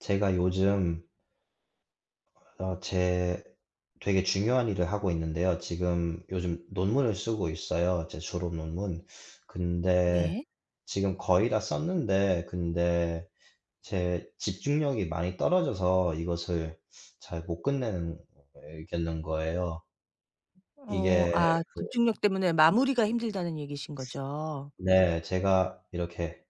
제가 요즘 제 되게 중요한 일을 하고 있는데요. 지금 요즘 논문을 쓰고 있어요. 제 졸업 논문. 근데 네. 지금 거의 다 썼는데, 근데 제 집중력이 많이 떨어져서 이것을 잘 못 끝내는 겠는 거예요. 이게 아 집중력 때문에 마무리가 힘들다는 얘기신 거죠? 네, 제가 이렇게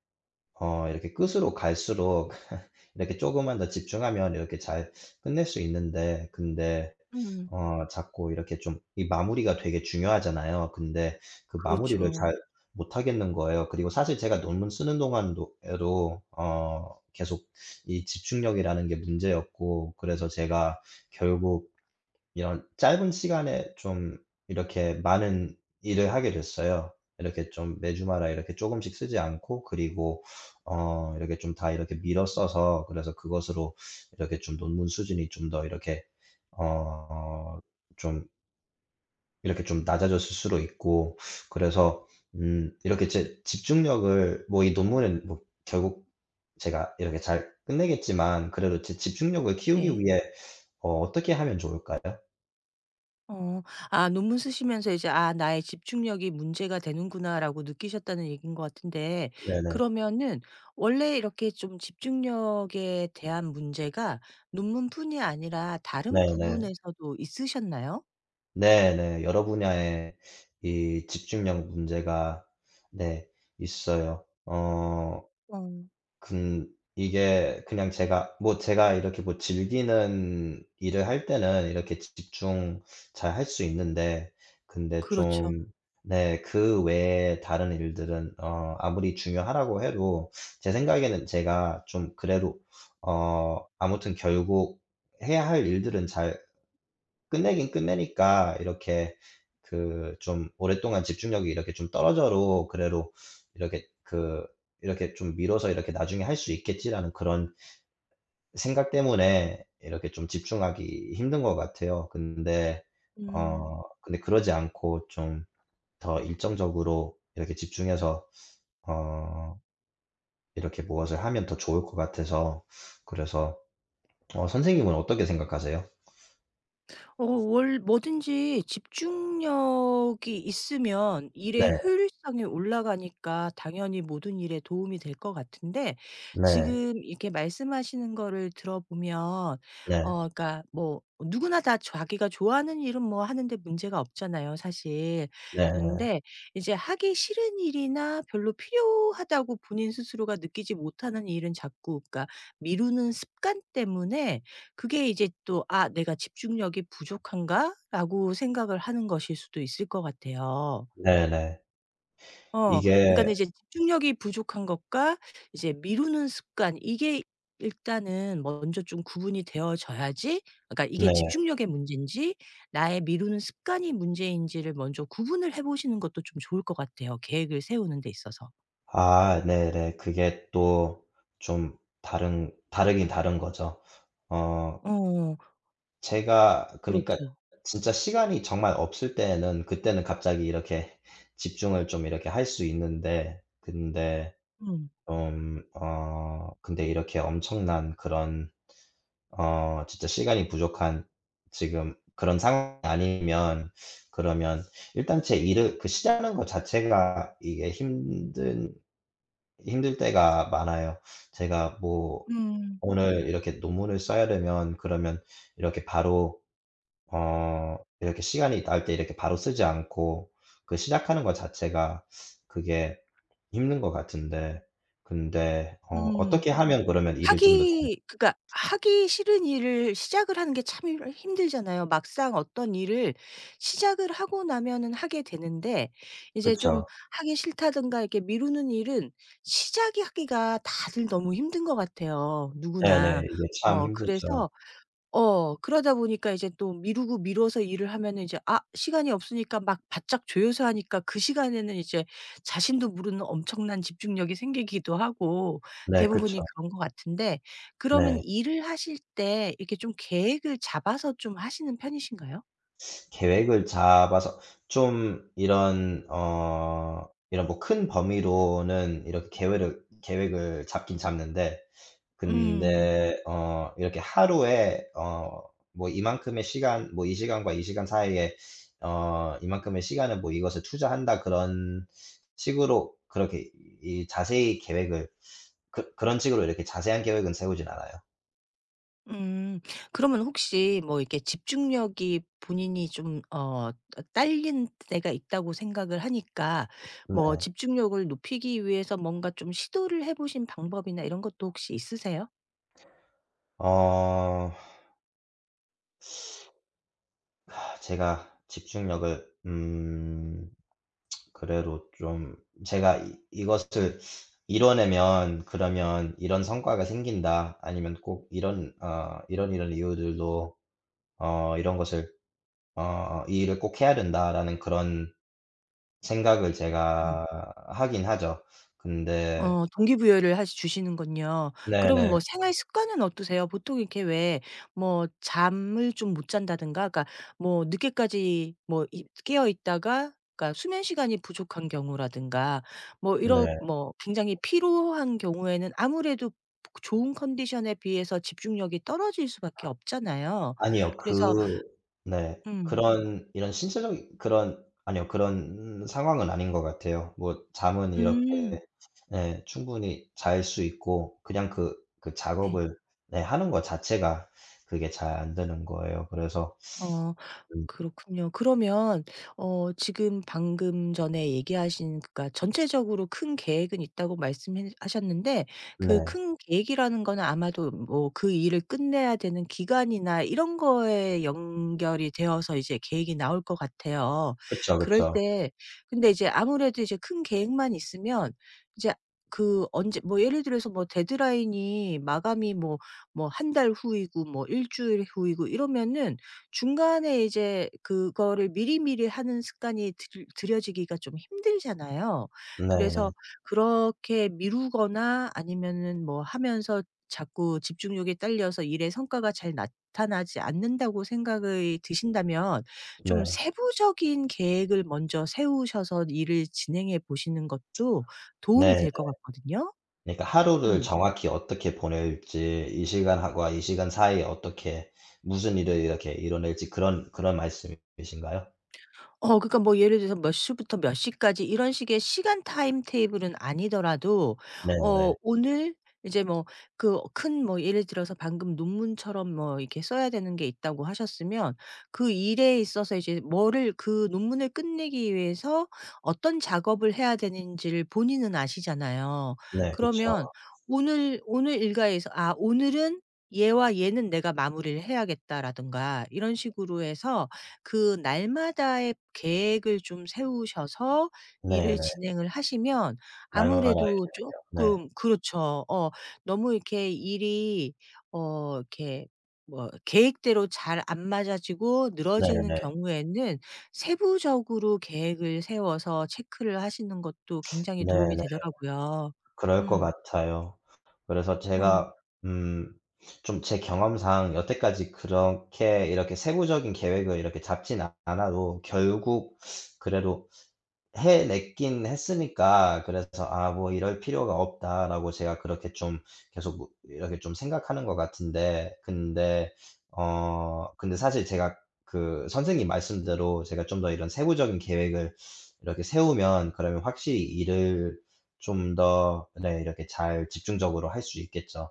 이렇게 끝으로 갈수록 이렇게 조금만 더 집중하면 이렇게 잘 끝낼 수 있는데, 근데 음. 자꾸 이렇게 좀 이 마무리가 되게 중요하잖아요. 근데 그 마무리를 그렇죠. 잘 못하겠는 거예요. 그리고 사실 제가 논문 쓰는 동안도 에도 계속 이 집중력이라는 게 문제였고, 그래서 제가 결국 이런 짧은 시간에 좀 이렇게 많은 일을 하게 됐어요. 이렇게 좀 매주마다 이렇게 조금씩 쓰지 않고, 그리고 이렇게 좀 다 이렇게 밀어 써서, 그래서 그것으로 이렇게 좀 논문 수준이 좀 더 이렇게 어 좀 이렇게 좀 낮아졌을 수도 있고. 그래서 이렇게 제 집중력을, 뭐 이 논문은 뭐 결국 제가 이렇게 잘 끝내겠지만, 그래도 제 집중력을 키우기 네. 위해 어떻게 하면 좋을까요? 어. 아 논문 쓰시면서 이제 '아 나의 집중력이 문제가 되는구나.'라고 느끼셨다는 얘기인 것 같은데, 네네. 그러면은 원래 이렇게 좀 집중력에 대한 문제가 논문뿐이 아니라 다른 네네. 부분에서도 있으셨나요? 네네. 여러 분야에 이 집중력 문제가, 네, 있어요. 어 어. 근 이게 그냥 제가 이렇게 뭐 즐기는 일을 할 때는 이렇게 집중 잘 할 수 있는데, 근데 그렇죠. 좀, 네, 그 외에 다른 일들은 아무리 중요하라고 해도 제 생각에는 제가 좀 그래도 아무튼 결국 해야 할 일들은 잘 끝내긴 끝내니까, 이렇게 그 좀 오랫동안 집중력이 이렇게 좀 떨어져도, 그래도 이렇게 그 이렇게 좀 미뤄서 이렇게 '나중에 할 수 있겠지.'라는 그런 생각 때문에 이렇게 좀 집중하기 힘든 것 같아요. 근데 음. 근데 그러지 않고 좀 더 일정적으로 이렇게 집중해서 어 이렇게 무엇을 하면 더 좋을 것 같아서, 그래서 선생님은 어떻게 생각하세요? 어 월 뭐든지 집중력이 있으면 네. 일의 효율성이 올라가니까 당연히 모든 일에 도움이 될 것 같은데, 네. 지금 이렇게 말씀하시는 거를 들어보면, 네. 그러니까 뭐 누구나 다 자기가 좋아하는 일은 뭐 하는데 문제가 없잖아요, 사실. 네. 그런데 이제 하기 싫은 일이나 별로 필요하다고 본인 스스로가 느끼지 못하는 일은 자꾸, 그러니까 미루는 습관 때문에 그게 이제 또 '아 내가 집중력이 부족한가?'라고 생각을 하는 것일 수도 있을 것 같아요. 네네. 어 이게, 그러니까는 이제 집중력이 부족한 것과 이제 미루는 습관, 이게 일단은 먼저 좀 구분이 되어져야지, 그러니까 이게 네. 집중력의 문제인지 나의 미루는 습관이 문제인지를 먼저 구분을 해 보시는 것도 좀 좋을 것 같아요, 계획을 세우는 데 있어서. 아, 네네. 그게 또 좀 다른 다르긴 다른 거죠. 어 어. 제가 그니까 그렇죠. 진짜 시간이 정말 없을 때에는 그때는 갑자기 이렇게 집중을 좀 이렇게 할 수 있는데, 근데 음. 좀 근데 이렇게 엄청난 그런 진짜 시간이 부족한 지금 그런 상황이 아니면, 그러면 일단 제 일을 그 시작하는 것 자체가 이게 힘든 힘들 때가 많아요. 제가 뭐 음. 오늘 이렇게 논문을 써야 되면, 그러면 이렇게 바로 이렇게 시간이 날 때 이렇게 바로 쓰지 않고, 그 시작하는 것 자체가 그게 힘든 것 같은데. 근데 음. 어떻게 하면 그러면 일을 좀 더 잘. 하기 그러니까 하기 싫은 일을 시작을 하는 게 참 힘 힘들잖아요. 막상 어떤 일을 시작을 하고 나면은 하게 되는데, 이제 그쵸. 좀 하기 싫다든가 이렇게 미루는 일은 시작이 하기가 다들 너무 힘든 것 같아요, 누구나. 네네. 이게 참 힘들죠. 그래서, 그러다 보니까 이제 또 미루고 미뤄서 일을 하면은, 이제 아 시간이 없으니까 막 바짝 조여서 하니까 그 시간에는 이제 자신도 모르는 엄청난 집중력이 생기기도 하고 네, 그쵸. 대부분이 그런 것 같은데, 그러면 네. 일을 하실 때 이렇게 좀 계획을 잡아서 좀 하시는 편이신가요? 계획을 잡아서 좀 이런 이런 뭐 큰 범위로는 이렇게 계획을 잡긴 잡는데, 음. 근데 이렇게 하루에 뭐 이만큼의 시간, 뭐 '이 시간과 이 시간 사이에 이만큼의 시간을 뭐 이것에 투자한다.' 그런 식으로 그렇게 이 자세히 계획을, 그런 식으로 이렇게 자세한 계획은 세우진 않아요. 음. 그러면 혹시 뭐 이렇게 집중력이 본인이 좀 딸린 때가 있다고 생각을 하니까 뭐 네. 집중력을 높이기 위해서 뭔가 좀 시도를 해 보신 방법이나 이런 것도 혹시 있으세요? 어 제가 집중력을, 그래도 좀, 제가 이 이것을 이뤄내면 그러면 이런 성과가 생긴다. 아니면 꼭 이런 이런 이유들로 이런 것을 '이 일을 꼭 해야 된다.'라는 그런 생각을 음. 제가 하긴 하죠. 근데. 동기부여를 하시 주시는군요. 그럼 네네. 뭐 생활 습관은 어떠세요? 보통 이렇게, 왜 뭐 잠을 좀 못 잔다든가, 그러니까 뭐 늦게까지 뭐 이 깨어 있다가, 그러니까 수면 시간이 부족한 경우라든가 뭐 이런 네. 뭐 굉장히 피로한 경우에는 아무래도 좋은 컨디션에 비해서 집중력이 떨어질 수밖에 없잖아요. 아니요. 그래서. 그, 네. 음. 그런 이런 신체적인 그런, 아니요, 그런 상황은 아닌 것 같아요. 뭐 잠은 이렇게, 음. 예, 충분히 잘 수 있고, 그냥 그 그 네. 작업을, 네, 하는 거 자체가 그게 잘 안 되는 거예요. 그래서 어. 음 그렇군요. 그러면 지금 방금 전에 얘기하신, 그니까 전체적으로 큰 계획은 있다고 말씀 하셨는데, 그 네. 큰 계획이라는 거는 아마도 뭐 그 일을 끝내야 되는 기간이나 이런 거에 연결이 되어서 이제 계획이 나올 것 같아요. 그쵸, 그럴 그쵸. 때, 근데 이제 아무래도 이제 큰 계획만 있으면 이제 그 언제 뭐 예를 들어서 뭐 데드라인이 마감이 뭐 1달 후이고 뭐 1주일 후이고 이러면은, 중간에 이제 그거를 미리미리 하는 습관이 들 들여지기가 좀 힘들잖아요. 네네. 네. 그래서 그렇게 미루거나 아니면은 뭐 하면서 자꾸 집중력이 딸려서 일의 성과가 잘 나타나지 않는다고 생각이 드신다면, 좀 네. 세부적인 계획을 먼저 세우셔서 일을 진행해 보시는 것도 도움이 네. 될 것 같거든요. 그러니까 하루를 음. 정확히 어떻게 보낼지, 이 시간과 이 시간 사이에 어떻게 무슨 일을 이렇게 이뤄낼지, 그런 그런 말씀이신가요? 그러니까 뭐 예를 들어서 몇 시부터 몇 시까지 이런 식의 시간 타임 테이블은 아니더라도, 네. 오늘 이제 뭐 그 큰 뭐 예를 들어서 방금 논문처럼 뭐 이렇게 써야 되는 게 있다고 하셨으면, 그 일에 있어서 이제 뭐를 그 논문을 끝내기 위해서 어떤 작업을 해야 되는지를 본인은 아시잖아요. 네. 그쵸. 그러면 오늘 일과에서 '아 오늘은 얘와 얘는 내가 마무리를 해야겠다.'라든가 이런 식으로 해서 그 날마다의 계획을 좀 세우셔서 일을 네네. 진행을 하시면 날마다 이렇게 아무래도 되죠. 네. 쪼끔, 그렇죠. 너무 이렇게 일이 이렇게 뭐 계획대로 잘 안 맞아지고 늘어지는 네네. 경우에는 세부적으로 계획을 세워서 체크를 하시는 것도 굉장히 도움이 네네. 되더라고요. 그럴 것 음. 같아요. 그래서 어. 제가 음 좀, 제 경험상 여태까지 그렇게 이렇게 세부적인 계획을 이렇게 잡진 않아도 결국 그래도 해냈긴 했으니까, 그래서 '아 뭐 이럴 필요가 없다.'라고 제가 그렇게 좀 계속 뭐 이렇게 좀 생각하는 것 같은데. 근데 근데 사실 제가 그 선생님 말씀대로 제가 좀 더 이런 세부적인 계획을 이렇게 세우면 그러면 확실히 일을 좀 더, 네, 이렇게 잘 집중적으로 할 수 있겠죠.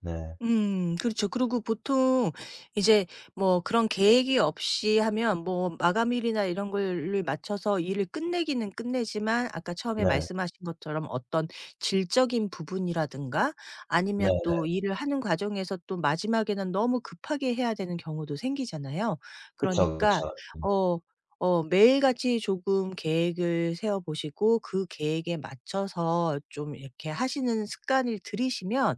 네. 그렇죠. 그리고 보통 이제 뭐 그런 계획이 없이 하면 뭐 마감일이나 이런 걸를 맞춰서 일을 끝내기는 끝내지만, 아까 처음에 네. 말씀하신 것처럼 어떤 질적인 부분이라든가 네. 아니면 또 일을 하는 과정에서 또 마지막에는 너무 급하게 해야 되는 경우도 생기잖아요. 그쵸, 그러니까 그쵸. 네. 어 매일같이 조금 계획을 세워 보시고 그 계획에 맞춰서 좀 이렇게 하시는 습관을 들이시면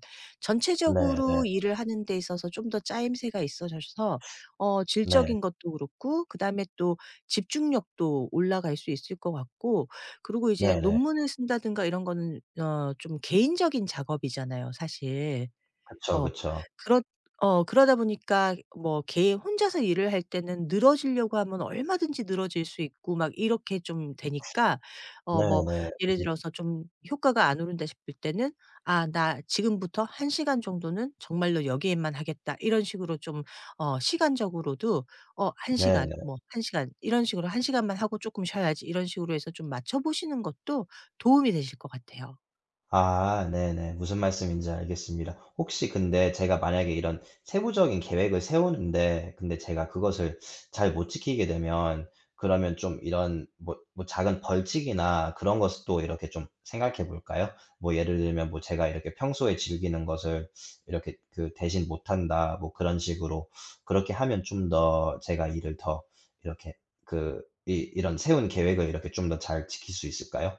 네네. 전체적으로 일을 하는 데 있어서 좀 더 짜임새가 있어져서 네. 질적인 것도 그렇고 그다음에 또 집중력도 올라갈 수 있을 것 같고, 그리고 이제 네네. 논문을 쓴다든가 이런 거는 좀 개인적인 작업이잖아요, 사실. 그쵸, 어. 그쵸. 그렇 어 그러다 보니까 뭐 걔 혼자서 일을 할 때는 늘어지려고 하면 얼마든지 늘어질 수 있고 막 이렇게 좀 되니까, 뭐 네네. 예를 무, 들어서 좀 효과가 안 오른다 싶을 때는 '아 나 지금부터 1시간 정도는 정말로 여기에만 하겠다.' 이런 식으로 좀 시간적으로도 1시간, 네. 뭐 1시간 이런 식으로 1시간만 하고 조금 쉬어야지 이런 식으로 해서 좀 맞춰 보시는 것도 도움이 되실 것 같아요. 아, 네네. 무슨 말씀인지 알겠습니다. 혹시 근데 제가 만약에 이런 세부적인 계획을 세우는데 근데 제가 그것을 잘 못 지키게 되면, 그러면 좀 이런 뭐 작은 벌칙이나 그런 것도 이렇게 좀 생각해 볼까요? 뭐 예를 들면 뭐 제가 이렇게 평소에 즐기는 것을 이렇게 그 대신 못 한다, 뭐 그런 식으로. 그렇게 하면 좀 더 제가 일을 더 이렇게 그 이 이런 세운 계획을 이렇게 좀 더 잘 지킬 수 있을까요?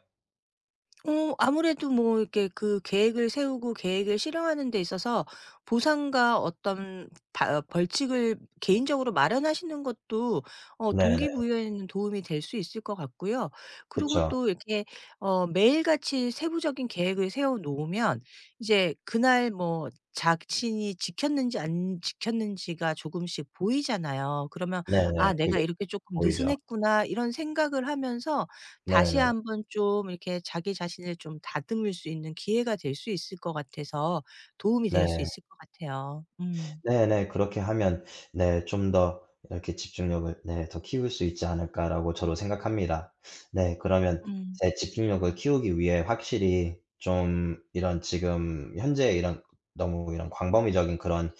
아무래도 뭐 이렇게 그 계획을 세우고 계획을 실행하는 데 있어서 보상과 어떤 벌칙을 개인적으로 마련하시는 것도 네네. 동기부여에는 도움이 될 수 있을 것 같고요. 그리고 그쵸. 또 이렇게 매일같이 세부적인 계획을 세워 놓으면 이제 그날 뭐 자신이 지켰는지 안 지켰는지가 조금씩 보이잖아요. 그러면 '아 네네. 내가 그게 이렇게 조금 보이죠. 느슨했구나.' 이런 생각을 하면서 다시 네네. 한번 좀 이렇게 자기 자신을 좀 다듬을 수 있는 기회가 될 수 있을 것 같아서 도움이 네. 될 수 있을 것 같아요. 음. 네네. 그렇게 하면, 네, 좀 더 이렇게 '집중력을, 네, 더 키울 수 있지 않을까.'라고 저도 생각합니다. 네, 그러면 음. 제 집중력을 키우기 위해 확실히 좀 이런 지금 현재 이런 너무 이런 광범위적인 그런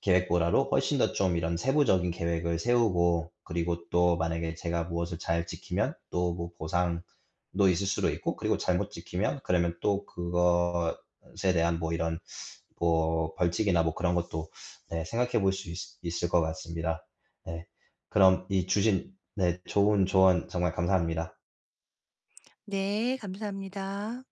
계획보다도 훨씬 더 좀 이런 세부적인 계획을 세우고, 그리고 또 만약에 제가 무엇을 잘 지키면 또 뭐 보상도 있을 수도 있고, 그리고 잘못 지키면 그러면 또 그것에 대한 뭐 이런 뭐 벌칙이나 뭐 그런 것도, 네, 생각해 볼 수 있, 을것 같습니다. 네. 그럼 이 주신, 네, 좋은 조언 정말 감사합니다. 네. 감사합니다.